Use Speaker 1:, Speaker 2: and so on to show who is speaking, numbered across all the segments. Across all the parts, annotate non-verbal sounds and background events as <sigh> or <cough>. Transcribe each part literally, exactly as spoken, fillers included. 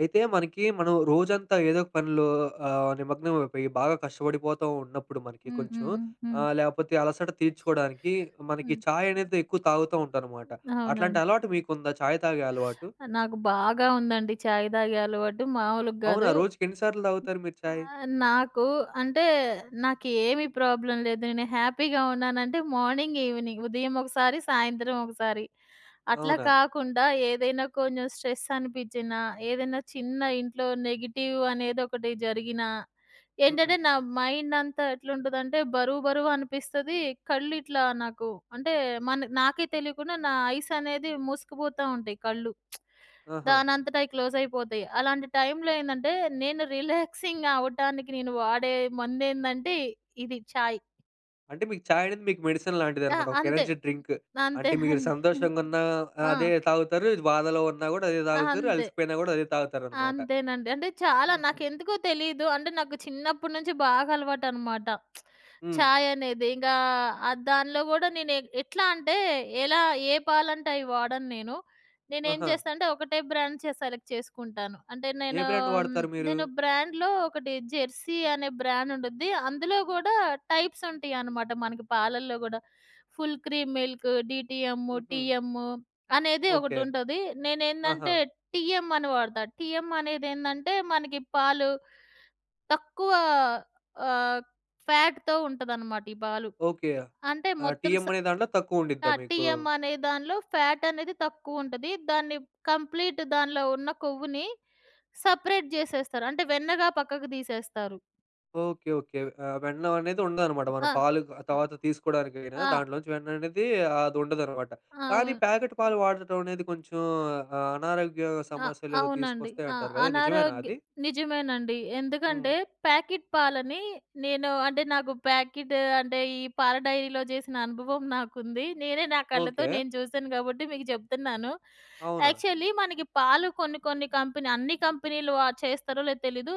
Speaker 1: అయితే మనకి మనం రోజంతా ఏదో ఒక పనిలో ఆహ్, నిమగ్నం అయిపోయి బాగా కష్టపడిపోతూ ఉన్నప్పుడు మనకి
Speaker 2: హ్మ్.
Speaker 1: కొంచెం
Speaker 2: హ్మ్. హ్మ్. హ్మ్.
Speaker 1: ఆహ్, లేకపోతే అలసట తీర్చుకోవడానికి మనకి
Speaker 2: హ్మ్.
Speaker 1: చాయ్ అనేది ఎక్కువ తాగుతూ ఉంటానమాట. అట్లాంటి
Speaker 2: అవునండి.
Speaker 1: అలవాటు మీకుందా చాయ్ తాగే అలవాటు?
Speaker 2: నాకు బాగా ఉందండి చాయ్ తాగే అలవాటు. మామూలుగా
Speaker 1: అవునా?
Speaker 2: గాదు.
Speaker 1: రోజుకి ఎన్ని సార్లు తాగుతారు మీరు చాయ్?
Speaker 2: ఆహ్, నాకు అంటే నాకేమి ప్రాబ్లమ్ లేదు. నేను హ్యాపీగా ఉన్నానంటే మార్నింగ్, ఈవినింగ్ ఉదయం ఒకసారి, సాయంత్రం ఒకసారి. అట్లా
Speaker 1: అవునా?
Speaker 2: కాకుండా ఏదైనా కొంచెం స్ట్రెస్ అనిపించినా, ఏదైనా చిన్న ఇంట్లో నెగెటివ్ అనేది ఒకటి జరిగినా
Speaker 1: హ్మ్.
Speaker 2: ఏంటంటే నా మైండంతా ఎట్లుంటదంటే బరువు బరువు అనిపిస్తది. కళ్ళు ఇట్లా నాకు అంటే మన నాకే తెలియకుండా నా ఐస్ అనేది మూసుకుపోతా ఉంటాయి కళ్ళు.
Speaker 1: ఆహా!
Speaker 2: దానంతట అయి క్లోజ్ అయిపోతాయి. అలాంటి టైంలో ఏందంటే నేను రిలాక్సింగ్ అవ్వటానికి నేను వాడే మందేందంటే ఇది చాయ్.
Speaker 1: అంటే మీకు చాయ్ అనేది మీకు మెడిసిన్
Speaker 2: ఆ!
Speaker 1: లాంటిదనమాట. ఒక
Speaker 2: అంతే.
Speaker 1: Energy drink. అంటే మీరు
Speaker 2: అంతేనండి.
Speaker 1: సంతోషంగున్నా
Speaker 2: ఆ!
Speaker 1: అదే తాగుతారు, బాధలో ఉన్నా గూడా అదే
Speaker 2: ఆ,
Speaker 1: తాగుతారు,
Speaker 2: అంతే.
Speaker 1: అలసిపోయినా గూడా అదే తాగుతారనమాట.
Speaker 2: అంతేనండి. అంటే చాలా
Speaker 1: హుహు.
Speaker 2: నాకెందుకో తెలీదు. అంటే నాకు చిన్నప్పటి నుంచి బాగా అలవాటనమాట.
Speaker 1: హ్మ్.
Speaker 2: చాయ్ అనేది. ఇంకా ఆహ్, దానిలో గూడా నేను ఎ ఎట్లా అంటే ఎలా ఏ పాలంటే అవి వాడను నేను. నేనేం
Speaker 1: ఆహా!
Speaker 2: చేస్తా అంటే ఒకటే బ్రాండ్ చే సెలెక్ట్ చేసుకుంటాను. అంటే
Speaker 1: ఏ
Speaker 2: నేను
Speaker 1: బ్రాండ్
Speaker 2: హ్మ్,
Speaker 1: వాడతారు మీరు?
Speaker 2: నేను బ్రాండ్‌లో ఒకటి 'జెర్సీ' అనే బ్రాండ్ ఉండుద్ది. అందులో గూడా టైప్స్ ఉంటాయనమాట మనకి పాలల్లో గూడా. ఫుల్ క్రీమ్ మిల్క్, డీటీఎమ్,
Speaker 1: హుహు.
Speaker 2: టీఎమ్ అనేది
Speaker 1: ఓకే.
Speaker 2: ఒకటుంటది.
Speaker 1: ఆహా!
Speaker 2: నేనేందంటే టీఎం అని వాడతా. టీఎం అనేదేందంటే, మనకి పాలు తక్కువ ఆహ్, ఫ్యాట్‌తో ఉంటదనమాట ఈ పాలు.
Speaker 1: ఓకే.
Speaker 2: అంటే
Speaker 1: ఆహ్,
Speaker 2: మొత్తం
Speaker 1: టీఎం
Speaker 2: స
Speaker 1: అనే దాంట్లో తక్కువుండిద్దా
Speaker 2: ఆ!
Speaker 1: మీకు?
Speaker 2: టీఎం అనే దానిలో ఫ్యాట్ అనేది తక్కువుంటది. దాన్ని కంప్లీట్ దానిలో ఉన్న కొవ్వుని సెపరేట్ జేసేస్తారు. అంటే వెన్నగా పక్కకు తీసేస్తారు.
Speaker 1: ఓకే. ఓకే. ఆహ్, వెన్నం అనేది ఉండదనమాట. మనం
Speaker 2: ఆ! ఆ!
Speaker 1: పాలు క- తర్వాత తీసుకోవడానికైనా
Speaker 2: ఆ!
Speaker 1: దాంట్లోంచి వెన్న అనేది అదుండదనమాట. కానీ
Speaker 2: అవును.
Speaker 1: ప్యాకెట్ పాలు వాడటం అనేది కొంచెం ఆహ్, అనారోగ్య
Speaker 2: ఆ!
Speaker 1: సమస్యలేదో
Speaker 2: అవునండి.
Speaker 1: తీసుకొస్తాయి
Speaker 2: ఆ!
Speaker 1: అంటారు కదా! నిజమేనా
Speaker 2: అనారోగ్య
Speaker 1: అది?
Speaker 2: నిజమేనండి.
Speaker 1: హ్మ్.
Speaker 2: ఎందుకంటే ప్యాకెట్ పాలని నేను అంటే నాకు ప్యాకెట్ అంటే ఈ పాల డైరీలో చేసిన అనుభవం నాకుంది. నేనే నా కళ్ళతో
Speaker 1: ఓకే.
Speaker 2: నేను చూసాను కాబట్టి మీకు చెప్తున్నాను.
Speaker 1: అవునా?
Speaker 2: యాక్చువల్లీ మనకి పాలు కొన్ని కొన్ని కంపెనీ అన్ని కంపెనీలు వ చేస్తారో లేదో తెలీదు.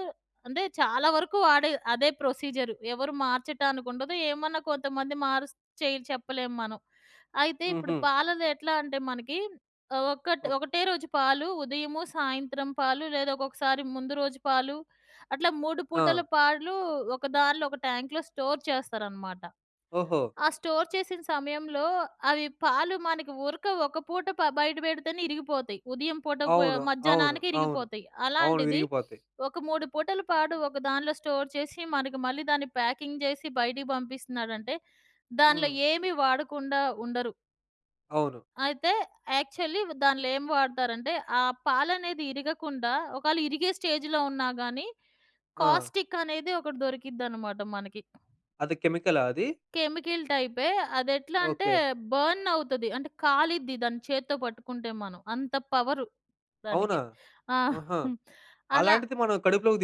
Speaker 2: అంటే చాలా వరకు వాడే అదే ప్రొసీజర్. ఎవరు మార్చటానికి ఉండదు. ఏమన్నా కొంతమంది మార్స్ చేయి చెప్పలేం మనం. అయితే ఇప్పుడు
Speaker 1: హుహు.
Speaker 2: పాలలో ఎట్లా అంటే మనకి ఆహ్, ఒక్కట్
Speaker 1: ఓ
Speaker 2: ఒకటే రోజు పాలు, ఉదయము, సాయంత్రం పాలు, లేదా ఒక్కొక్కసారి ముందు రోజు పాలు, అట్లా మూడు
Speaker 1: ఆ!
Speaker 2: పూటల పాలు ఒక దానిలో ఒక ట్యాంక్‌లో స్టోర్ చేస్తారనమాట.
Speaker 1: ఓహో!
Speaker 2: ఆ స్టోర్ చేసిన సమయంలో అవి పాలు మనకి ఊరక ఒక పూట ప బయట పెడితేనే ఇరిగిపోతాయి. ఉదయం పూట పో
Speaker 1: అవును. అవును.
Speaker 2: మధ్యాహ్నానికి
Speaker 1: అవును.
Speaker 2: ఇరిగిపోతాయి.
Speaker 1: అవును.
Speaker 2: అలాంటిది
Speaker 1: విరిగిపోతాయి.
Speaker 2: ఒక మూడు పూటల పాలు ఒక దానిలో స్టోర్ చేసి మనకి మళ్ళీ దాన్ని ప్యాకింగ్ చేసి బయటికి పంపిస్తున్నాడంటే దానిలో
Speaker 1: హ్మ్.
Speaker 2: ఏమి వాడకుండా ఉండరు.
Speaker 1: అవును.
Speaker 2: అయితే యాక్చువల్లీ దానిలో ఏం వాడతారంటే, ఆ పాలనేది ఇరగకుండా ఒకవేళ ఇరిగే స్టేజ్‌లో ఉన్నా గాని,
Speaker 1: ఆ!
Speaker 2: కాస్టిక్ అనేది ఒకటి దొరికిద్దనమాట మనకి.
Speaker 1: అది కెమికలా అది?
Speaker 2: కెమికల్ టైపే. అదెట్లా అంటే
Speaker 1: ఓకే.
Speaker 2: బర్న్ అవుతది. అంటే కాలిద్ది దాన్ని చేత్తో పట్టుకుంటే మనం. అంత పవరు
Speaker 1: అవునా?
Speaker 2: దానికి. ఆ!
Speaker 1: ఆహా!
Speaker 2: అలా
Speaker 1: అలాంటిది మనం కడుపులోకి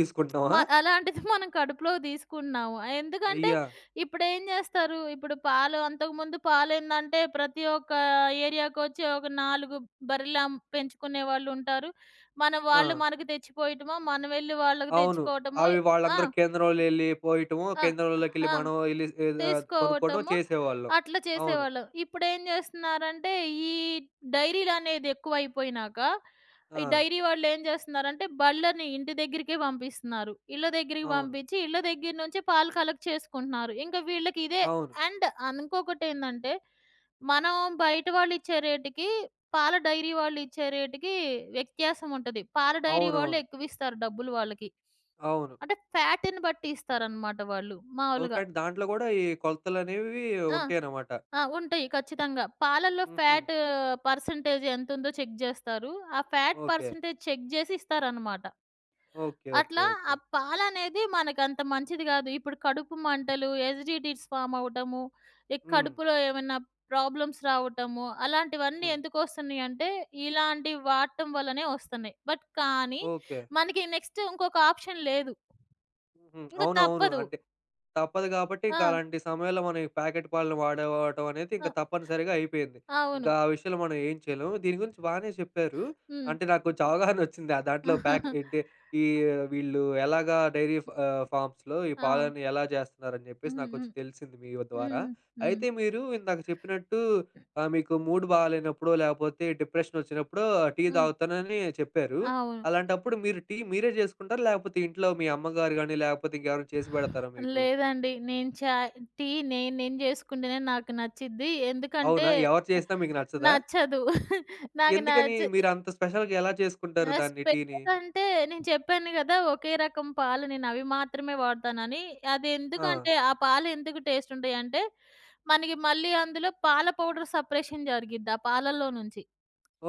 Speaker 2: మ
Speaker 1: తీసుకుంటున్నామా?
Speaker 2: అలాంటిది మనం కడుపులోకి తీసుకుంటున్నాము. ఎందుకంటే
Speaker 1: అయ్యా!
Speaker 2: ఇప్పుడేం జేస్తారు, ఇప్పుడు పాలు అంతకుముందు పాలేందంటే ప్రతి ఒక్క ఏరియాకొచ్చి ఒక నాలుగు బర్రెలమ్ పెంచుకునే వాళ్ళుంటారు. మన
Speaker 1: ఆ!
Speaker 2: వాళ్ళు మనకు తెచ్చిపోయటమో, మనం వెళ్లి వాళ్ళకి
Speaker 1: అవును.
Speaker 2: తెచ్చుకోవటమో
Speaker 1: అవి
Speaker 2: ఆ!
Speaker 1: వాళ్ళందరూ కేంద్రంలోలెళ్ళి పోయటము,
Speaker 2: ఆ!
Speaker 1: కేంద్రంలోకెళ్ళి
Speaker 2: ఆ!
Speaker 1: మనం ఎళ్ళి ఏదో కొనుక్కోవడం
Speaker 2: తీసుకోవటము
Speaker 1: చేసేవాళ్ళం.
Speaker 2: అట్లా
Speaker 1: అవును.
Speaker 2: చేసేవాళ్ళం. ఇప్పుడేం జేస్తున్నారంటే, ఈ డైరీలనేది ఎక్కువైపోయినాక,
Speaker 1: ఆ!
Speaker 2: ఈ డైరీ వాళ్ళేం జేస్తున్నారంటే, బళ్ళని ఇంటి దగ్గరికే పంపిస్తున్నారు. ఇళ్ళ దగ్గరికి
Speaker 1: అవును.
Speaker 2: పంపించి, ఇళ్ళ దగ్గర నుంచి పాలు కలెక్ట్ చేసుకుంటున్నారు. ఇంక వీళ్ళకి ఇదే
Speaker 1: అవును.
Speaker 2: అండ్ ఇంకొకటేందంటే, మనం బయట వాళ్ళిచ్చే రేటుకి, పాల డైరీ వాళ్ళిచ్చే రేటుకి వ్యత్యాసం ఉంటది. పాల డైరీ వాళ్ళు
Speaker 1: అవునవును.
Speaker 2: ఎక్కువిస్తారు డబ్బులు వాళ్ళకి.
Speaker 1: అవును.
Speaker 2: అంటే ఫ్యాట్‌ని బట్టి ఇస్తారనమాట వాళ్ళు
Speaker 1: ఓకే.
Speaker 2: మాములుగా.
Speaker 1: అంటే దాంట్లో గూడా ఈ కొలతలనేవి
Speaker 2: ఆ!
Speaker 1: ఉంటాయన్నమాట.
Speaker 2: ఆ! ఉంటాయి. ఖచ్చితంగా. పాలల్లో
Speaker 1: హుహు.
Speaker 2: ఫ్యాట్ పర్సెంటేజ్ ఎంతుందో చెక్ జేస్తారు. ఆ ఫ్యాట్
Speaker 1: ఓకే.
Speaker 2: పర్సెంటేజ్ చెక్ జేసి ఇస్తారనమాట.
Speaker 1: ఓకే. ఓకే.
Speaker 2: అట్లా ఆ
Speaker 1: ఓకే.
Speaker 2: పాలనేది మనకంత మంచిది గాదు. ఇప్పుడు కడుపు మంటలు, ఎజిడిటీస్ ఫార్మ్ అవ్వటము, ఈ
Speaker 1: హ్మ్.
Speaker 2: కడుపులో ఏమైనా ప్రాబ్లమ్స్ రావటము, అలాంటివన్నీ
Speaker 1: హ్మ్.
Speaker 2: ఎందుకొస్తున్నాయంటే, ఇలాంటి వాడటం వల్లనే వస్తున్నాయి. బట్ కానీ,
Speaker 1: ఓకే.
Speaker 2: మనకి నెక్స్ట్ ఇంకొక ఆప్షన్ లేదు.
Speaker 1: హుహు.
Speaker 2: ఇంక
Speaker 1: అవునవును.
Speaker 2: తప్పదు.
Speaker 1: అంటే తప్పదు గాబట్టి, ఇంక
Speaker 2: ఆ!
Speaker 1: అలాంటి సమయంలో మనం ఈ ప్యాకెట్ పాలను వాడేవాటం అనేది
Speaker 2: ఆ!
Speaker 1: ఇంక తప్పనిసరిగా అయిపోయింది. ఇంకా
Speaker 2: అవును.
Speaker 1: ఆ విషయంలో మనం ఏం చేయలేము. దీని గురించి బానే చెప్పారు.
Speaker 2: హ్మ్.
Speaker 1: అంటే నాకు కొంచెం అవగాహనొచ్చింది. ఆ దాంట్లో ప్యాక్
Speaker 2: <laughs>
Speaker 1: ఏంటి ఈ వీళ్ళు ఎలాగా డైరీ ఫ్ ఆహ్, ఫార్మ్స్‌లో ఈ
Speaker 2: అవు.
Speaker 1: పాలను ఎలా చేస్తున్నారని జెప్పేసి
Speaker 2: హ్మ్.
Speaker 1: నాకు
Speaker 2: హ్మ్.
Speaker 1: కొంచెం తెలిసింది మీ ద్వారా.
Speaker 2: హ్మ్. హ్మ్.
Speaker 1: అయితే మీరు ఇందాక చెప్పినట్టు ఆహ్, మీకు మూడ్ బాలేనప్పుడో, లేపోతే డిప్రెషన్ ఒచ్చినప్పుడో టీ
Speaker 2: హ్మ్.
Speaker 1: తాగుతానని చెప్పారు.
Speaker 2: అవును.
Speaker 1: అలాంటప్పుడు మీరు టీ మీరే జేసుకుంటారా? లేకపోతే ఇంట్లో మీ అమ్మగారు గాని, లేకపోతే ఇంకెవరైనా చేసి బెడతారా మీకు?
Speaker 2: లేదండి. నేను చాయ్ టీ నేను నేను జేసుకుంటేనే నాకు నచ్చిద్ది. ఎందుకంటే
Speaker 1: అవునా? ఎవరు చేసినా మీకు నచ్చదా?
Speaker 2: నచ్చదు. నాకు
Speaker 1: ఎందుకని
Speaker 2: నచ్చ
Speaker 1: మీరంత స్పెషల్‌గా ఎలా చేసుకుంటారు
Speaker 2: ఆహ్,
Speaker 1: దాన్ని టీని?
Speaker 2: స్పెషల్ అంటే నేను చెప్పాను గదా! ఒకే రకం పాలు నేనవి మాత్రమే వాడతానని.
Speaker 1: ఆ!
Speaker 2: అదెందుకంటే ఆ పాలు ఎందుకు టేస్ట్ ఉంటాయంటే, మనకి మళ్ళీ అందులో పాల పౌడర్ సపరేషన్ జరిగిద్ది ఆ పాలల్లో నుంచి.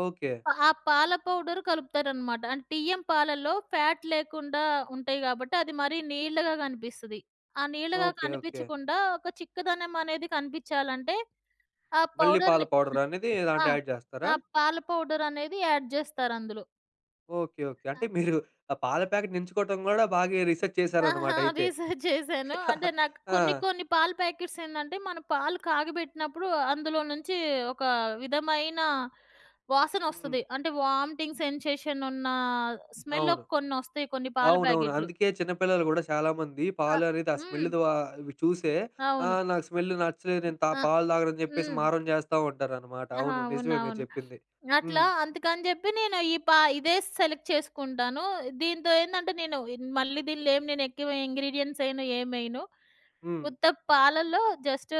Speaker 1: ఓకే.
Speaker 2: ఆ పాల పౌడర్ కలుపుతారనమాట. అంటే బియ్యం పాలల్లో ఫ్యాట్ లేకుండా ఉంటాయి గాబట్టి, అది మరీ నీళ్ళగా కనిపిస్తది. ఆ నీళ్ళగా
Speaker 1: ఓకే. ఓకే.
Speaker 2: కనిపించకుండా ఒక చిక్కదనం అనేది కనిపించాలంటే, ఆ
Speaker 1: మళ్ళీ పాల
Speaker 2: పౌడర్‌ని
Speaker 1: పౌడర్ అనేది
Speaker 2: ఆ!
Speaker 1: దాంట్లో యాడ్ జేస్తారా?
Speaker 2: ఆ పాల పౌడర్ అనేది యాడ్ జేస్తారందులో.
Speaker 1: ఓకే. ఓకే. అంటే మీరు ఆ పాల ప్యాకెట్‌ని ఎంచుకోవటం గూడా బాగా రిసర్చ్ చేశారనమాట
Speaker 2: ఆహా!
Speaker 1: అయితే.
Speaker 2: రీసెర్చ్ చేశాను. అంటే
Speaker 1: <laughs>
Speaker 2: నాకు
Speaker 1: ఆ!
Speaker 2: కొన్ని కొన్ని పాల ప్యాకెట్స్ ఏందంటే, మన పాలు కాగబెట్టినప్పుడు అందులో నుంచి ఒక విధమైన
Speaker 1: హ్మ్.
Speaker 2: వాసనొస్తది. అంటే వామిటింగ్ సెన్సేషన్ ఉన్న స్మెల్
Speaker 1: అవును.
Speaker 2: కొన్నొస్తాయి కొన్ని పాల
Speaker 1: అవునవును.
Speaker 2: ప్యాకెట్లు.
Speaker 1: అందుకే చిన్న పిల్లలు గూడా చాలామంది
Speaker 2: ఆ!
Speaker 1: పాలు అనేది ఆ
Speaker 2: హ్మ్.
Speaker 1: స్మెల్ ద్వా ఇవి చూసే
Speaker 2: అవును.
Speaker 1: ఆహ్, నాకు స్మెల్ నచ్చలేదు నేను తా
Speaker 2: ఆ!
Speaker 1: పాలు తాగనని జెప్పేసి
Speaker 2: హ్మ్.
Speaker 1: మారం జేస్తా ఉంటారనమాట.
Speaker 2: ఆహా!
Speaker 1: అవును. నిజమే మీరు
Speaker 2: అవునవును.
Speaker 1: చెప్పింది.
Speaker 2: అట్లా
Speaker 1: హ్మ్.
Speaker 2: అందుకని జెప్పి నేను ఈ పా ఇదే సెలెక్ట్ చేసుకుంటాను. దీంతో ఏందంటే నేను మళ్ళీ దీనిలో ఏం నేను ఎక్కువ ఇంగ్రీడియెంట్స్ ఎయను, ఏమెయను.
Speaker 1: హ్మ్.
Speaker 2: ఉత్త పాలల్లో just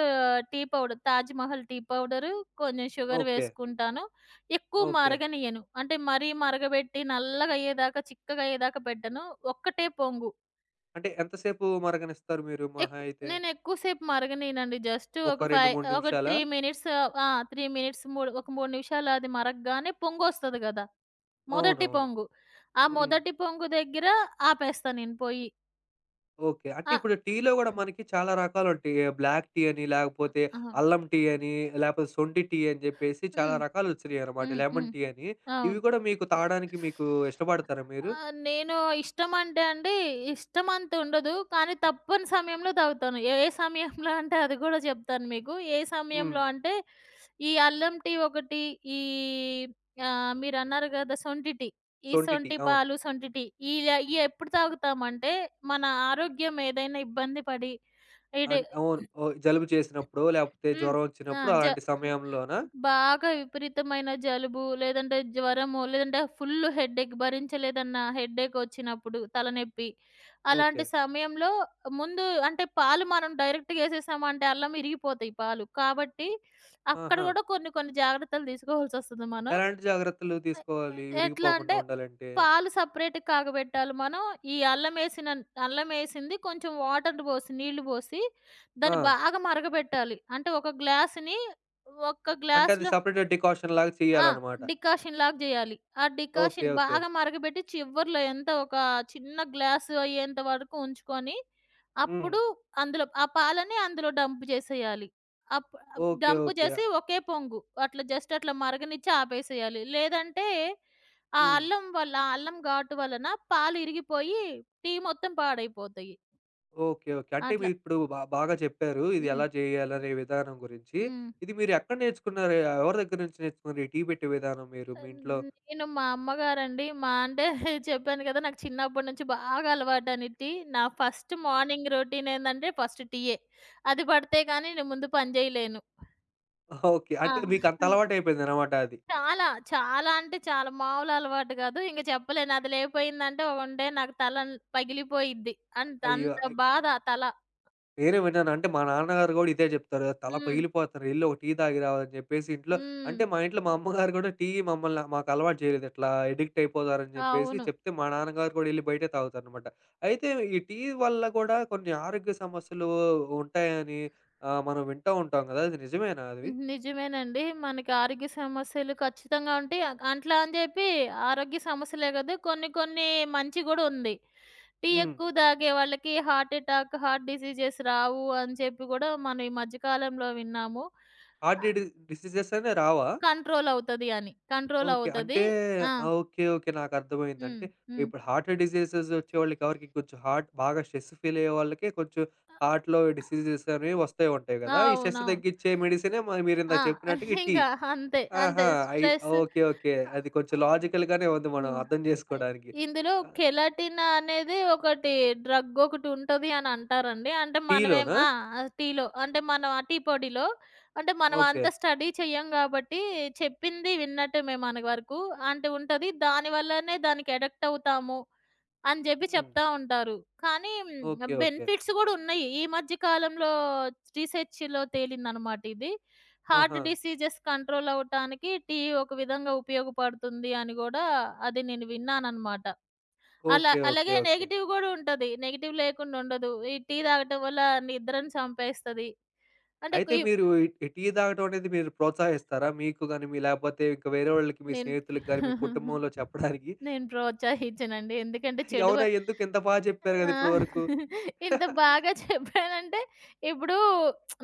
Speaker 2: tea powder 'Taj Mahal' tea powder, కొంచెం షుగర్
Speaker 1: ఓకే.
Speaker 2: వేసుకుంటాను. ఎక్కువ
Speaker 1: ఓకే.
Speaker 2: మరగనియ్యను. అంటే మరీ మరగబెట్టి నల్లగయ్యేదాకా, చిక్కగయ్యేదాకా పెట్టను. ఒక్కటే పొంగు.
Speaker 1: అంటే ఎంతసేపు మరగనిస్తారు మీరు
Speaker 2: ఎక్
Speaker 1: మహా అయితే?
Speaker 2: నేను ఎక్కువసేపు మరగనియనండి. జస్ట్ ఒక
Speaker 1: ఒక
Speaker 2: ఫై
Speaker 1: రెండు, మూడు
Speaker 2: ఒక
Speaker 1: నిమిషాలా?
Speaker 2: మూడు మినిట్స్ ఆ! మూడు మినిట్స్ మూడు ఒక మూడు నిమిషాలు అది మరగగానే పొంగొస్తది గదా! మొదటి
Speaker 1: అవునవును.
Speaker 2: పొంగు. ఆ
Speaker 1: హ్మ్.
Speaker 2: మొదటి పొంగు దగ్గర ఆపేస్తా నేను పొయ్యి.
Speaker 1: ఓకే. అంటే
Speaker 2: ఆ!
Speaker 1: ఇప్పుడు టీలో గూడా మనకి చాలా రకాలుంటాయి. బ్లాక్ టీ అని, లేకపోతే
Speaker 2: ఆ!
Speaker 1: అల్లం టీ అని, లేకపోతే సొంటి టీ అని జెప్పేసి చాలా
Speaker 2: హ్మ్.
Speaker 1: రకాలొచ్చినియనమాట.
Speaker 2: హ్మ్.
Speaker 1: లెమన్
Speaker 2: హ్మ్.
Speaker 1: టీ అని. ఇవి
Speaker 2: అవును.
Speaker 1: గూడా మీకు తాగడానికి మీకు ఇష్టపడతారా మీరు?
Speaker 2: ఆ! నేను ఇష్టం అంటే అండి, ఇష్టం అంత ఉండదు. కానీ తప్పని సమయంలో తాగుతాను. ఏ ఏ సమయంలో అంటే అది గూడా చెప్తాను మీకు. ఏ
Speaker 1: హ్మ్.
Speaker 2: సమయంలో అంటే ఈ అల్లం టీ ఒకటి, ఈ ఆహ్, మీరన్నారు గదా! సొంటి టీ. ఈ
Speaker 1: సొంటి టీ.
Speaker 2: సొంటి
Speaker 1: అవును.
Speaker 2: పాలు, సొంటి టీ ఇలా ఇయి
Speaker 1: హ్మ్.
Speaker 2: ఎప్పుడు తాగుతామంటే, మన
Speaker 1: హ్మ్.
Speaker 2: ఆరోగ్యం ఏదైనా ఇబ్బంది పడి ఇటు
Speaker 1: అన్ అవును. ఓహ్! జలుబు చేసినప్పుడో, లేకపోతే
Speaker 2: హ్మ్.
Speaker 1: జ్వరం
Speaker 2: ఆ!
Speaker 1: ఒచ్చినప్పుడు
Speaker 2: జ
Speaker 1: అలాంటి సమయంలోనా?
Speaker 2: బాగా విపరీతమైన జలుబు, లేదంటే జ్వరము, లేదంటే ఫుల్ హెడ్‌ఏక్ భరించలేదన్న హెడ్‌ఏక్ వచ్చినప్పుడు, తలనొప్పి.
Speaker 1: ఓకే.
Speaker 2: అలాంటి సమయంలో ముందు అంటే పాలు మనం డైరెక్ట్‌గా ఏసేసామంటే అల్లం ఇరిగిపోతాయి పాలు. కాబట్టి అక్కడ
Speaker 1: ఆహా!
Speaker 2: గూడా కొన్ని కొన్ని జాగ్రత్తలు తీసుకోవాల్సొస్తది మనం.
Speaker 1: ఎలాంటి జాగ్రత్తలు
Speaker 2: అయ్ ఆహ్,
Speaker 1: తీసుకోవాలి
Speaker 2: ఎట్లా
Speaker 1: విరిగిపోకుండా
Speaker 2: అంటే
Speaker 1: ఉండాలంటే?
Speaker 2: పాలు సెపరేట్‌గా కాగబెట్టాలి మనం. ఈ అల్లమేసిన అల్లమేసింది కొంచెం వాటర్ పోసి నీళ్లు పోసి
Speaker 1: ఆ!
Speaker 2: దాన్ని బాగా మరగబెట్టాలి. అంటే ఒక గ్లాస్‌ని ఒక్క
Speaker 1: అంటే అది
Speaker 2: గ్లాస్‌లో
Speaker 1: సెపరేట్ డికాషన్ లాగా
Speaker 2: ఆ!
Speaker 1: చేయాలనమాట.
Speaker 2: డికాషన్ లాగా జేయాలి. ఆ
Speaker 1: ఓకే.
Speaker 2: Decoction
Speaker 1: okay.
Speaker 2: బాగా మరగబెట్టి చివర్లో ఎంత ఒక చిన్న గ్లాసు అయ్యేంత వరకు ఉంచుకొని,
Speaker 1: హ్మ్.
Speaker 2: అప్పుడు అందులో ఆ పాలని అందులో డంప్ చేసేయాలి. Up up
Speaker 1: okay.
Speaker 2: Dump
Speaker 1: okay.
Speaker 2: చేసి ఒకే పొంగు అట్లా జస్ట్ అట్లా మరగనిచ్చి ఆపేసేయాలి. లేదంటే ఆ
Speaker 1: హ్మ్.
Speaker 2: అల్లం వల్ల ఆ అల్లం ఘాటు వలన పాలు ఇరిగిపోయి టీ మొత్తం పాడైపోతాయి.
Speaker 1: ఓకే. ఓకే. అంటే
Speaker 2: అట్లా.
Speaker 1: మీరిప్పుడు బా బాగా చెప్పారు. ఇది
Speaker 2: హ్మ్.
Speaker 1: ఎలా చేయాలనే విధానం గురించి.
Speaker 2: హ్మ్.
Speaker 1: ఇది మీరు ఎక్కడ నేర్చుకున్నారు? ఎవరి దగ్గర నుంచి నేర్చుకున్నారు? ఈ టీ పెట్టే విధానం మీరు మీ ఇంట్లో
Speaker 2: నేను మా అమ్మగారండి. మా అంటే <laughs> చెప్పాను కదా! నాకు చిన్నప్పటి నుంచి బాగా అలవాటనిద్ది. నా ఫస్ట్
Speaker 1: హ్మ్.
Speaker 2: మార్నింగ్ రొటీన్ ఏందంటే ఫస్ట్ టీయే. అది పడితే గానీ నేను ముందు పని జేయలేను.
Speaker 1: ఓకే.
Speaker 2: ఆ!
Speaker 1: అంటే మీకంత అలవాటయిపోయిందనమాట అది.
Speaker 2: చాలా, చాలా అంటే చాలా మామూలు అలవాటు గాదు. ఇంక చెప్పలేను. అది లేపోయిందంటే ఉండే నాకు తల పగిలిపోయిద్ది. అంత
Speaker 1: అయ్యో!
Speaker 2: అంత బాధ తల.
Speaker 1: నేనే విన్నాను. అంటే మా నాన్నగారు గూడా ఇదే జెప్తారు. "తల
Speaker 2: హ్మ్.
Speaker 1: పగిలిపోతుంది ఎళ్లి ఒక టీ తాగి రా" అని జెప్పేసి ఇంట్లో
Speaker 2: హ్మ్.
Speaker 1: అంటే మా ఇంట్లో మా అమ్మగారు గూడా టీ మమ్మల్ని మాకు అలవాటు చేయలేదు. ఇట్లా ఎడిక్ట్ అయిపోతారని జెప్పేసి
Speaker 2: అవును.
Speaker 1: చెప్తే మా నాన్నగారు కూడా ఎళ్లి బయటే తాగుతారనమాట. అయితే ఈ టీ వల్ల గూడా కొన్ని ఆరోగ్య సమస్యలు ఉంటాయని ఆహ్, మనం వింటా ఉంటాం గదా! అది నిజమేనా అది?
Speaker 2: హ్మ్. నిజమేనండి. మనకి ఆరోగ్య సమస్యలు ఖచ్చితంగా ఉంటాయి. అ అట్లా అని జెప్పి ఆరోగ్య సమస్యలే గాదు. కొన్ని కొన్ని మంచి గూడా ఉంది. టీ
Speaker 1: హ్మ్.
Speaker 2: ఎక్కువ తాగే వాళ్ళకి హార్ట్ ఎటాక్, హార్ట్ డిసీజెస్ రావు అని చెప్పి గూడా మనం ఈ మధ్య కాలంలో విన్నాము.
Speaker 1: హార్ట్
Speaker 2: ఆహ్,
Speaker 1: డి డిసీజెస్ అని రావా?
Speaker 2: కంట్రోల్ అవుతది అని. Control
Speaker 1: okay.
Speaker 2: అవుతది.
Speaker 1: అంటే
Speaker 2: ఆ!
Speaker 1: ఆహ్, ఓకే. ఓకే. నాకర్థమైంది.
Speaker 2: హ్మ్.
Speaker 1: అంటే
Speaker 2: హ్మ్.
Speaker 1: ఇప్పుడు హార్ట్ డిసీజెస్ వచ్చేవాళ్ళకి ఎవరికి కొంచెం హార్ట్ బాగా స్ట్రెస్ ఫీల్ అయ్యే వాళ్ళకే కొంచెం హార్ట్‌లో డిసీజెస్ అనేవి వస్తూ ఉంటాయి గదా! ఈ స్ట్రెస్
Speaker 2: అవునవును.
Speaker 1: తగ్గించే మెడిసినే మ మీరిందాక
Speaker 2: ఆ!
Speaker 1: చెప్పినట్టుగా ఈ టీ.
Speaker 2: ఇంకా అంతే. అంతే.
Speaker 1: ఆహా! అయి
Speaker 2: స్ట్రెస్
Speaker 1: ఓకే. ఓకే. అది కొంచెం
Speaker 2: అవును.
Speaker 1: లాజికల్‌గానే ఉంది మనం
Speaker 2: హ్మ్.
Speaker 1: అర్థం చేసుకోవడానికి.
Speaker 2: ఇందులో
Speaker 1: ఆహ్,
Speaker 2: కెలటిన్ అనేది ఒకటి డ్రగ్ ఒకటుంటది అని అంటారండి. అంటే మనమేం
Speaker 1: టీలోనా?
Speaker 2: ఆ! టీలో అంటే మనం ఆ టీ పొడిలో అంటే మనం
Speaker 1: ఓకే.
Speaker 2: అంత స్టడీ చెయ్యం గాబట్టి చెప్పింది విన్నట్టమే మన వరకు. అంటే ఉంటది. దాని వల్లనే దానికి అడిక్ట్ అవుతాము అని జెప్పి
Speaker 1: హ్మ్.
Speaker 2: చెప్తా ఉంటారు. కానీ
Speaker 1: ఓకే. ఓకే.
Speaker 2: బెనిఫిట్స్ గూడా ఉన్నాయి. ఈ మధ్య కాలంలో రీసెర్చ్‌లో తేలిందనమాట ఇది. హార్ట్
Speaker 1: ఆహా!
Speaker 2: డిసీజెస్ కంట్రోల్ అవ్వటానికి టీ ఒక విధంగా ఉపయోగపడుతుంది అని గూడా అది నేను విన్నాననమాట. అలా
Speaker 1: ఓకే. ఓకే.
Speaker 2: అలాగే
Speaker 1: ఓకే.
Speaker 2: నెగెటివ్ గూడా ఉంటది. నెగెటివ్ లేకుండా ఉండదు. ఈ టీ తాగటం వల్ల నిద్రను చంపేస్తది. అంటే
Speaker 1: అయితే
Speaker 2: కి
Speaker 1: మీరు ఈ ఈ టీ తాగటం అనేది మీరు ప్రోత్సహిస్తారా? మీకు గాని, మీ లేపోతే ఇంకా వేరే వాళ్ళకి మీ
Speaker 2: నేను
Speaker 1: స్నేహితులకి గాని, మీ
Speaker 2: <laughs>
Speaker 1: కుటుంబంలో చెప్పడానికి
Speaker 2: నేను ప్రోత్సహించనండి. ఎందుకంటే
Speaker 1: <laughs>
Speaker 2: చెడు వై
Speaker 1: అవునా? ఎందుకు ఇంత బా చెప్పారు
Speaker 2: ఆ!
Speaker 1: గదా ఇప్పటివరకు. హ్మ్.
Speaker 2: ఇంత
Speaker 1: <laughs>
Speaker 2: బాగా చెప్పారంటే, ఇప్పుడు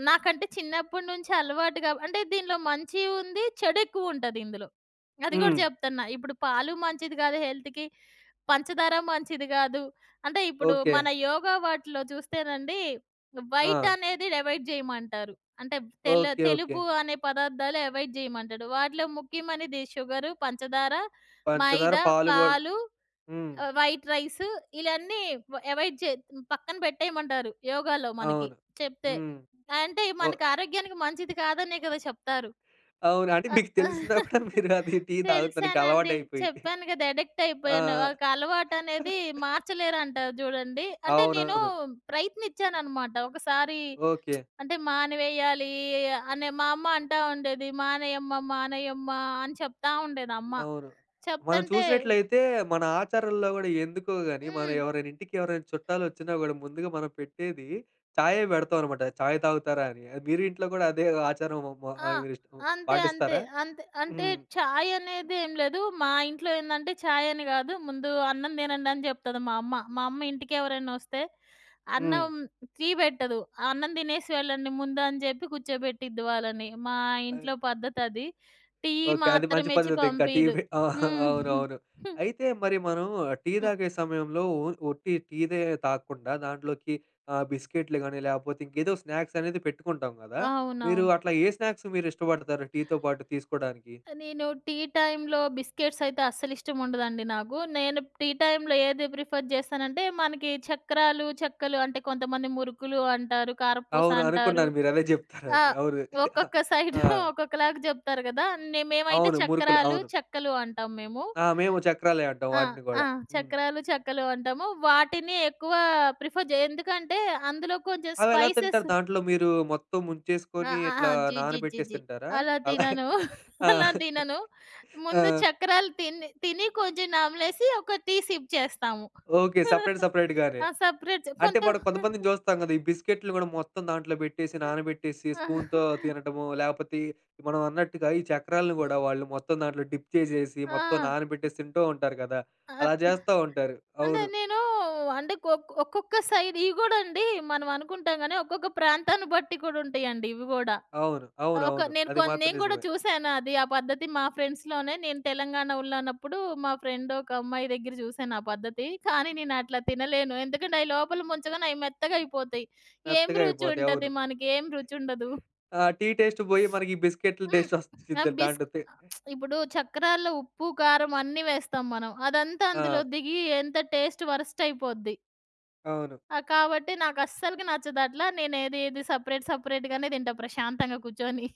Speaker 2: నాకంటే చిన్నప్పటి నుంచి అలవాటు గాబ్ అంటే దీనిలో మంచి ఉంది, చెడెక్కువుంటది ఇందులో. అది గూడా జెప్తన్నా. ఇప్పుడు పాలు మంచిది గాదు హెల్త్‌కి, పంచదార మంచిది గాదు. అంటే ఇప్పుడు
Speaker 1: ఓకే.
Speaker 2: మన యోగా వాటిలో చూస్తేనండి,
Speaker 1: ఆ!
Speaker 2: వైట్ అనేది అవాయిడ్ జేయమంటారు. అంటే తెల్ల
Speaker 1: ఓకే. ఓకే.
Speaker 2: తెలుపు అనే పదార్థాలు అవాయిడ్ జేయమంటాడు. వాటిలో ముఖ్యమైనది షుగరు, పంచదార,
Speaker 1: పంచదార,
Speaker 2: మైదా,
Speaker 1: పాలు గూడా
Speaker 2: పాలు
Speaker 1: హ్మ్.
Speaker 2: ఆహ్, వైట్ రైస్ ఇలన్నీ వ అవాయిడ్ చే పక్కన పెట్టేయమంటారు యోగాలో మనకి
Speaker 1: అవును.
Speaker 2: చెప్తే.
Speaker 1: హ్మ్.
Speaker 2: అంటే
Speaker 1: ఓహ్!
Speaker 2: మనకి ఆరోగ్యానికి మంచిది కాదనే కదా చెప్తారు.
Speaker 1: అవును. అంటే
Speaker 2: అ
Speaker 1: మీకు తెలిసినా కూడా
Speaker 2: <laughs>
Speaker 1: మీరు అది టీ తాగుతానికి
Speaker 2: తెలిసానండి.
Speaker 1: అలవాటయిపోయి.
Speaker 2: చెప్పాను కదా అడిక్ట్
Speaker 1: ఆ!
Speaker 2: అయిపోయాను. ఒక అలవాటనేది
Speaker 1: <laughs>
Speaker 2: మార్చలేరంటారు చూడండి. అంటే నేను
Speaker 1: అవునవును.
Speaker 2: ప్రయత్నిచ్చాననమాట. ఒకసారి
Speaker 1: ఓకే.
Speaker 2: అంటే మానివేయాలి అనే మా అమ్మ అంటా ఉండేది. "మానేయమ్మ, మానేయమ్మ" అని చెప్తా ఉండేది అమ్మ.
Speaker 1: అవును. మనం
Speaker 2: చెప్తంటే
Speaker 1: చూసినట్లయితే మన ఆచారాల్లో గూడా ఎందుకో గాని, మనం
Speaker 2: హ్మ్.
Speaker 1: ఎవరైనా ఇంటికి ఎవరైనా చుట్టాలొచ్చినా గూడా ముందుగా మనం పెట్టేది చాయే పెడతాం అనమాట. చాయ్ తాగుతారా అని. అది మీరు ఇంట్లో గూడా అదే ఆచారం మ మ
Speaker 2: ఆ!
Speaker 1: ఆహ్, మీరు ఇష్ట
Speaker 2: అంతే. అంతే.
Speaker 1: పాటిస్తారా?
Speaker 2: అంతే. అంటే
Speaker 1: హ్మ్.
Speaker 2: చాయ్ అనేది ఏం లేదు. మా ఇంట్లో ఏందంటే చాయ్ అని గాదు. ముందు అన్నం తినండి అని జెప్తది మా అమ్మ. మా అమ్మ ఇంటికి ఎవరైనా వస్తే
Speaker 1: హ్మ్.
Speaker 2: అన్నం టీ పెట్టదు. అన్నం తినేసి వెళ్ళండి ముందు అని జెప్పి కూర్చోబెట్టిద్ది వాళ్ళని. మా
Speaker 1: అదే.
Speaker 2: ఇంట్లో పద్ధతది. Tea
Speaker 1: okay. అది
Speaker 2: మాత్రం
Speaker 1: మంచి
Speaker 2: ఇచ్చి
Speaker 1: పద్ధతి ఇంకా టీ
Speaker 2: పంపీదు.
Speaker 1: పె ఆ!
Speaker 2: హ్మ్. <laughs>
Speaker 1: అవునవును.
Speaker 2: హ్మ్.
Speaker 1: అయితే మరి మనం టీ
Speaker 2: హ్మ్.
Speaker 1: తాగే సమయంలో ఓ ఒట్టి టీదే తాగకుండా దాంట్లోకి ఆహ్, బిస్కెట్‌లు గాని, లేపోతే ఇంకేదో స్నాక్స్ అనేది పెట్టుకుంటాం గదా! మీరు
Speaker 2: అవునవును.
Speaker 1: అట్లా ఏ స్నాక్స్ మీరిష్టపడతారు టీతో పాటు తీసుకోడానికి?
Speaker 2: నేను టీ టైమ్‌లో బిస్కెట్స్ అయితే అస్సలిష్టం ఉండదండి నాకు. నేను టీ టైమ్‌లో ఏది ప్రిఫర్ చేస్తానంటే, మనకి చక్రాలు, చెక్కలు అంటే కొంతమంది మురుకులు అంటారు, కారపూస
Speaker 1: అవును.
Speaker 2: అంటారు.
Speaker 1: అనుకున్నాను మీరదే
Speaker 2: ఆ!
Speaker 1: జెప్తారని. అవును.
Speaker 2: ఒక్కొక్క సైడు
Speaker 1: ఆ!
Speaker 2: <laughs> ఒక్కొక్కలాగా చెప్తారు కదా! నే మేమైతే
Speaker 1: అవును. మురుకులు.
Speaker 2: చక్రాలు,
Speaker 1: అవును.
Speaker 2: చెక్కలు అంటాం మేము.
Speaker 1: ఆ! మేము చక్రాలే అంటాం
Speaker 2: ఆ!
Speaker 1: వాటిని
Speaker 2: ఆ!
Speaker 1: గూడా. హ్మ్.
Speaker 2: చక్రాలు, చెక్కలు అంటాము. వాటిని ఎక్కువ ప్రిఫర్ జే ఎందుకంటే అందులో కొంచెం
Speaker 1: అవెలా
Speaker 2: స్పైసెస్
Speaker 1: తింటారు? దాంట్లో మీరు మొత్తం
Speaker 2: ఆ!
Speaker 1: ముంచేసుకొని
Speaker 2: ఆ! ఆ!
Speaker 1: ఇట్లా
Speaker 2: జీ, జీ, జీ,
Speaker 1: నానబెట్టేసి
Speaker 2: జీ.
Speaker 1: తింటారా?
Speaker 2: అలా
Speaker 1: అలా
Speaker 2: తినను.
Speaker 1: ఆ!
Speaker 2: <laughs> అలా తినను. ముందు
Speaker 1: ఆ!
Speaker 2: చక్రాలు తిని తిని కొంచెం నమిలేసి ఒక టీ సిప్ చేస్తాము.
Speaker 1: ఓకే. సెపరేట్
Speaker 2: <laughs>
Speaker 1: సెపరేట్‌గానే.
Speaker 2: ఆ! సెపరేట్
Speaker 1: అంటే
Speaker 2: కొంత
Speaker 1: మనం కొంతమందిని జూస్తాం
Speaker 2: <laughs>
Speaker 1: గదా! ఈ బిస్కెట్‌లు గూడా మొత్తం దాంట్లో బెట్టేసి, నానబెట్టేసి
Speaker 2: ఆ!
Speaker 1: స్పూన్‌తో తినటము, లేపోతే మనం అన్నట్టుగా ఈ చక్రాలను గూడా వాళ్ళు మొత్తం దాంట్లో డిప్ చేసేసి, మొత్తం
Speaker 2: ఆ!
Speaker 1: నానబెట్టేసి తింటూ ఉంటారు గదా! అలా జేస్తా ఉంటారు.
Speaker 2: అంటే
Speaker 1: అవును.
Speaker 2: నేను అంటే ఒక్ ఒక్కొక్క సైడ్ ఇవి గూడా అండి మనం అనుకుంటాం గానీ, ఒక్కొక్క ప్రాంతాన్ని బట్టి కూడా ఉంటాయండి ఇవి గూడా.
Speaker 1: అవును.
Speaker 2: ఒక
Speaker 1: అవునవును.
Speaker 2: నేను
Speaker 1: అది
Speaker 2: కొన్
Speaker 1: మాత్రం
Speaker 2: నేను కూడా
Speaker 1: నిజమే.
Speaker 2: చూసాను అది. ఆ పద్ధతి మా ఫ్రెండ్స్‌లోనే నేను తెలంగాణలో ఉన్నప్పుడు మా ఫ్రెండ్ ఒక అమ్మాయి దగ్గర చూసాను ఆ పద్ధతి. కానీ నేను అట్లా తినలేను. ఎందుకంటే అయి లోపల ముంచగానే అయి మెత్తగా అయిపోతాయి. ఏం
Speaker 1: మెత్తగా
Speaker 2: రుచి
Speaker 1: అయిపోతాయి.
Speaker 2: ఉంటది
Speaker 1: అవును.
Speaker 2: మనకి? ఏం రుచి ఉండదు.
Speaker 1: ఆ టీ టేస్ట్ పోయి మనకి ఈ బిస్కెట్ల
Speaker 2: హ్మ్.
Speaker 1: టేస్ట్
Speaker 2: ఆ
Speaker 1: ఒచ్చిద్ది
Speaker 2: బిస్
Speaker 1: దాంట్లో తి
Speaker 2: ఇప్పుడు చక్రాల్లో ఉప్పు, కారం అన్నీ వేస్తాం మనం. అదంతా
Speaker 1: ఆ!
Speaker 2: అందులో దిగి ఎంత టేస్ట్ వరస్ట్ అయిపోద్ది.
Speaker 1: అవును.
Speaker 2: ఆ! కాబట్టి నాకు అస్సలకి నచ్చదు అట్లా. నేను ఏది ఏది సెపరేట్ సెపరేట్‌గానే తింటా ప్రశాంతంగా కూర్చొని.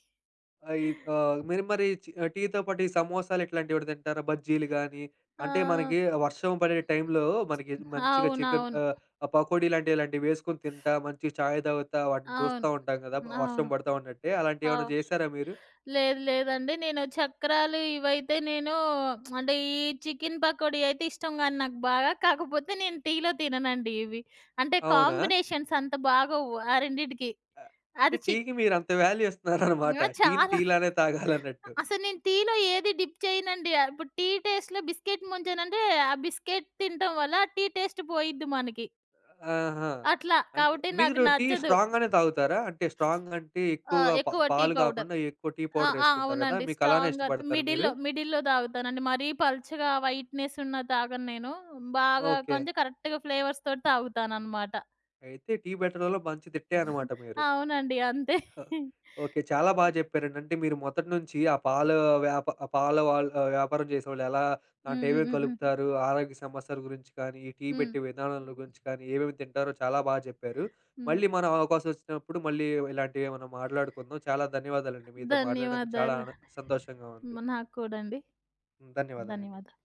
Speaker 1: అయి ఆహ్, మీరు మరి చి ఆ, టీతో పాటు ఈ సమోసాలు ఇట్లాంటివి కూడా తింటారా? బజ్జీలు గాని, అంటే
Speaker 2: ఆ!
Speaker 1: మనకి వర్షం పడే టైంలో మనకి మంచిగా చికెన్
Speaker 2: అవునవును.
Speaker 1: ఆహ్, పకోడీ లాంటివి ఇలాంటివి వేసుకొని తింటా, మంచిగా చాయ్ తాగుతా వాటిని చూస్తా
Speaker 2: అవును.
Speaker 1: ఉంటాం గదా! వర్షం
Speaker 2: అవును.
Speaker 1: పడతా ఉన్నట్టే. అలాంటివేమన్నా
Speaker 2: అవును.
Speaker 1: చేశారా మీరు?
Speaker 2: లేదు లేదండి. నేను చక్రాలు ఇవైతే నేను అంటే ఈ చికెను పకోడీ అయితే ఇష్టం గాని నాకు బాగా. కాకపోతే నేను టీలో తిననండి ఇవి. అంటే
Speaker 1: అవునా?
Speaker 2: కాంబినేషన్స్ అంత బాగోవు ఆ రెండిటికి.
Speaker 1: అంటే
Speaker 2: అది చిక్
Speaker 1: టీకి మీరంత వాల్యూ ఇస్తున్నారనమాట.
Speaker 2: ఆ!
Speaker 1: టీని
Speaker 2: చాలా.
Speaker 1: టీ లానే తాగాలన్నట్టు.
Speaker 2: అసలు నేను టీలో ఏది డిప్ చేయనండి. ఆహ్, ఇప్పుడు టీ టేస్ట్‌లో బిస్కెట్ ముంచానంటే ఆ బిస్కెట్ తినటం వల్ల టీ టేస్ట్ పోయిద్ది మనకి.
Speaker 1: ఆహా!
Speaker 2: అట్లా.
Speaker 1: అంటే
Speaker 2: కాబట్టి నాకు
Speaker 1: మీరు టీ
Speaker 2: నచ్చదు.
Speaker 1: స్ట్రాంగ్‌గానే తాగుతారా? అంటే స్ట్రాంగ్ అంటే
Speaker 2: ఆ!
Speaker 1: ఎక్కువగా పా
Speaker 2: ఎక్కువ టీ
Speaker 1: పాలు
Speaker 2: పౌడర్.
Speaker 1: కాకుండా ఎక్కువ టీ
Speaker 2: ఆ!
Speaker 1: పౌడర్
Speaker 2: ఆ!
Speaker 1: ఏసుకుంటారు గదా!
Speaker 2: అవునండి.
Speaker 1: మీకు అలానే
Speaker 2: స్ట్రాంగ్‌గా
Speaker 1: ఇష్టపడతారా మీరు?
Speaker 2: మిడిల్‌లో, మిడిల్‌లో తాగుతానండి. మరీ పలుచగా వైట్‌నెస్ ఉన్నది తాగను నేను. బాగా
Speaker 1: ఓకే.
Speaker 2: కొంచెం కరెక్ట్‌గా ఫ్లేవర్స్‌తోటి తాగుతాననమాట.
Speaker 1: అయితే టీ పెట్టడంలో మంచి దిట్టే అన్నమాట మీరు.
Speaker 2: అవునండి. అంతే.
Speaker 1: ఓకే. చాలా బాగా చెప్పారండి. అంటే మీరు మొదటి నుంచి ఆ పాల వ్యాప ఆ పాల వాళ్ ఆహ్, వ్యాపారం చేసేవాళ్ళు ఎలా
Speaker 2: హ్మ్.
Speaker 1: అంటే
Speaker 2: హ్మ్.
Speaker 1: ఏమేమి
Speaker 2: హ్మ్. హ్మ్.
Speaker 1: కలుపుతారు, ఆరోగ్య సమస్యల గురించి కానీ, ఈ టీ
Speaker 2: హ్మ్.
Speaker 1: పెట్టే విధానాల గురించి కానీ, ఏమేమి తింటారో చాలా బాగా చెప్పారు.
Speaker 2: హ్మ్.
Speaker 1: మళ్ళీ మనం అవకాశం వచ్చినప్పుడు మళ్ళీ ఇలాంటివి ఏమైనా మాట్లాడుకుందాం. చాలా ధన్యవాదాలండి. మీతో మాట్లాడినందుకు చాలా
Speaker 2: ధన్యవాదాలండి.
Speaker 1: ఆన సంతోషంగా ఉంది.
Speaker 2: నాకు కూడా అండి.
Speaker 1: ధన్యవాదాలండి.
Speaker 2: ధన్యవాదాలు.